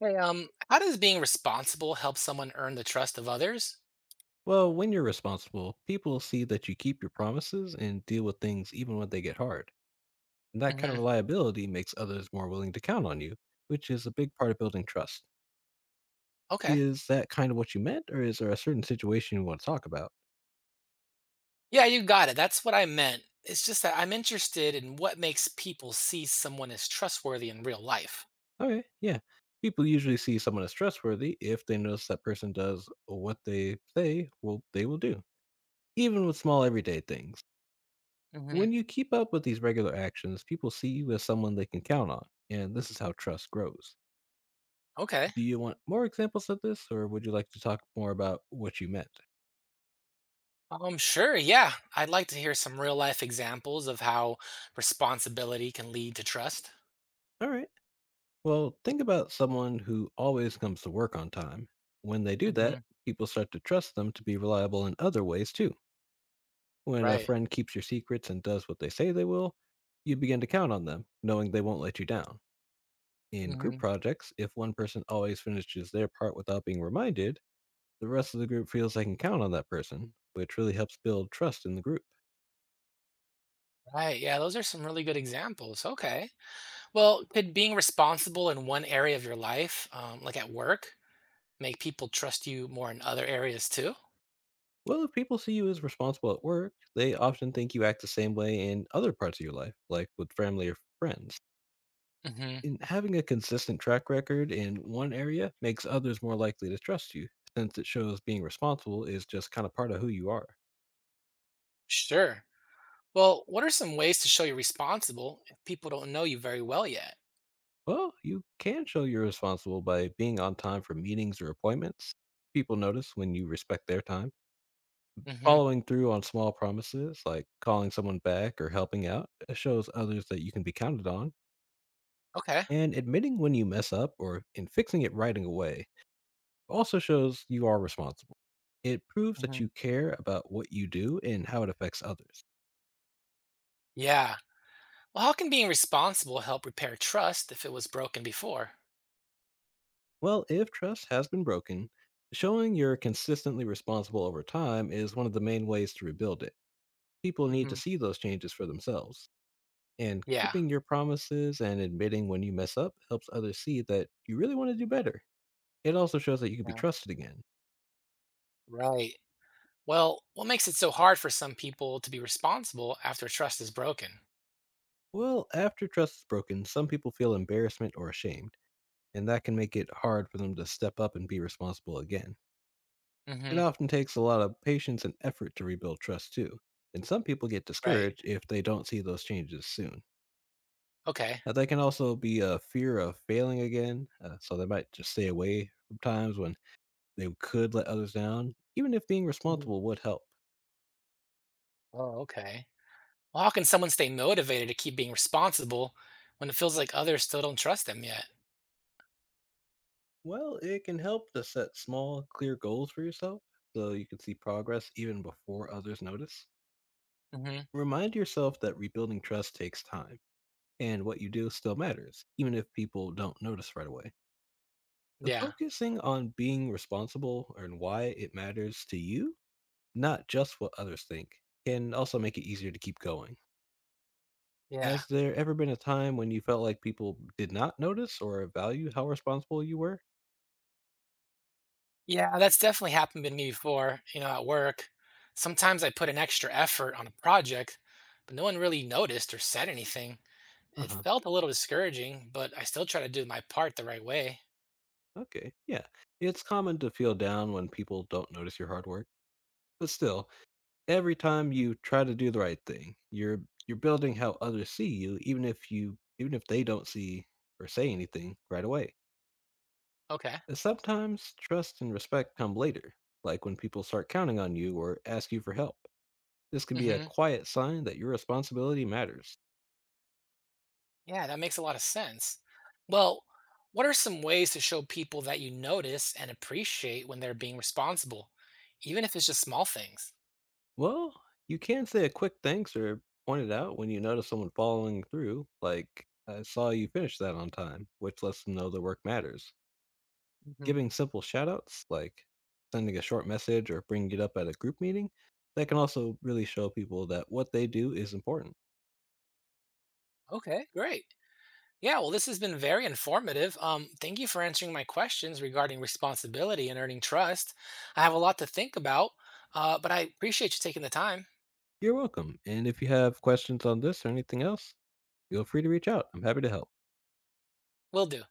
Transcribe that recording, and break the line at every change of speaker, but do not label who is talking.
Hey, how does being responsible help someone earn the trust of others?
Well, when you're responsible, people see that you keep your promises and deal with things even when they get hard. And that kind of
Hmm.
reliability makes others more willing to count on you, which is a big part of building trust.
Okay.
Is that kind of what you meant, or is there a certain situation you want to talk about?
Yeah, you got it. That's what I meant. It's just that I'm interested in what makes people see someone as trustworthy in real life.
Okay, yeah. People usually see someone as trustworthy if they notice that person does what they say well they will do, even with small everyday things.
Hmm.
When you keep up with these regular actions, people see you as someone they can count on, and this is how trust grows.
Okay.
Do you want more examples of this, or would you like to talk more about what you meant?
Sure. Yeah. I'd like to hear some real life examples of how responsibility can lead to trust.
All right. Well, think about someone who always comes to work on time. When they do
Hmm.
that, people start to trust them to be reliable in other ways too. When a
Right.
friend keeps your secrets and does what they say they will, you begin to count on them, knowing they won't let you down. In group
Hmm.
projects, if one person always finishes their part without being reminded, the rest of the group feels they can count on that person, which really helps build trust in the group.
Right. Yeah. Those are some really good examples. Okay. Well, could being responsible in one area of your life, like at work, make people trust you more in other areas too?
Well, if people see you as responsible at work, they often think you act the same way in other parts of your life, like with family or friends.
Hmm.
And having a consistent track record in one area makes others more likely to trust you, since it shows being responsible is just kind of part of who you are.
Sure. Well, what are some ways to show you're responsible if people don't know you very well yet?
Well, you can show you're responsible by being on time for meetings or appointments. People notice when you respect their time.
Hmm.
Following through on small promises, like calling someone back or helping out, shows others that you can be counted on.
Okay.
And admitting when you mess up or in fixing it right away also shows you are responsible. It proves that you
Hmm.
care about what you do and how it affects others.
Yeah. Well, how can being responsible help repair trust if it was broken before?
Well, if trust has been broken, showing you're consistently responsible over time is one of the main ways to rebuild it. People need
Hmm.
to see those changes for themselves. And
Yeah.
keeping your promises and admitting when you mess up helps others see that you really want to do better. It also shows that you can be
Yeah.
trusted again.
Right. Well, what makes it so hard for some people to be responsible after trust is broken?
Well, after trust is broken, some people feel embarrassment or ashamed and that can make it hard for them to step up and be responsible again. It
Hmm.
often takes a lot of patience and effort to rebuild trust, too, and some people get
Right.
discouraged if they don't see those changes soon.
Okay.
Now, that can also be a fear of failing again, so they might just stay away from times when they could let others down, even if being
Hmm.
responsible would help.
Oh, okay. Well, how can someone stay motivated to keep being responsible when it feels like others still don't trust them yet?
Well, it can help to set small, clear goals for yourself so you can see progress even before others notice.
Hmm.
Remind yourself that rebuilding trust takes time and what you do still matters, even if people don't notice right away. The
Yeah,
focusing on being responsible and why it matters to you, not just what others think, can also make it easier to keep going.
yeah,
Has there ever been a time when you felt like people did not notice or value how responsible you were?
yeah. That's definitely happened to me before. At work, sometimes I put an extra effort on a project, but no one really noticed or said anything.
Uh
It
huh.
felt a little discouraging, but I still try to do my part the right way.
Okay. Yeah. It's common to feel down when people don't notice your hard work, but still, every time you try to do the right thing, you're building how others see you, even if they don't see or say anything right away.
Okay.
And sometimes trust and respect come later, like when people start counting on you or ask you for help. This can be a
Hmm.
quiet sign that your responsibility matters.
Yeah, that makes a lot of sense. Well, what are some ways to show people that you notice and appreciate when they're being responsible, even if it's just small things?
Well, you can say a quick thanks or point it out when you notice someone following through, like I saw you finish that on time, which lets them know the work matters.
Mhm.
Giving simple shoutouts, like sending a short message or bringing it up at a group meeting, that can also really show people that what they do is important.
Okay, great. Yeah, well, this has been very informative. Thank you for answering my questions regarding responsibility and earning trust. I have a lot to think about, but I appreciate you taking the time.
You're welcome. And if you have questions on this or anything else, feel free to reach out. I'm happy to help.
Will do.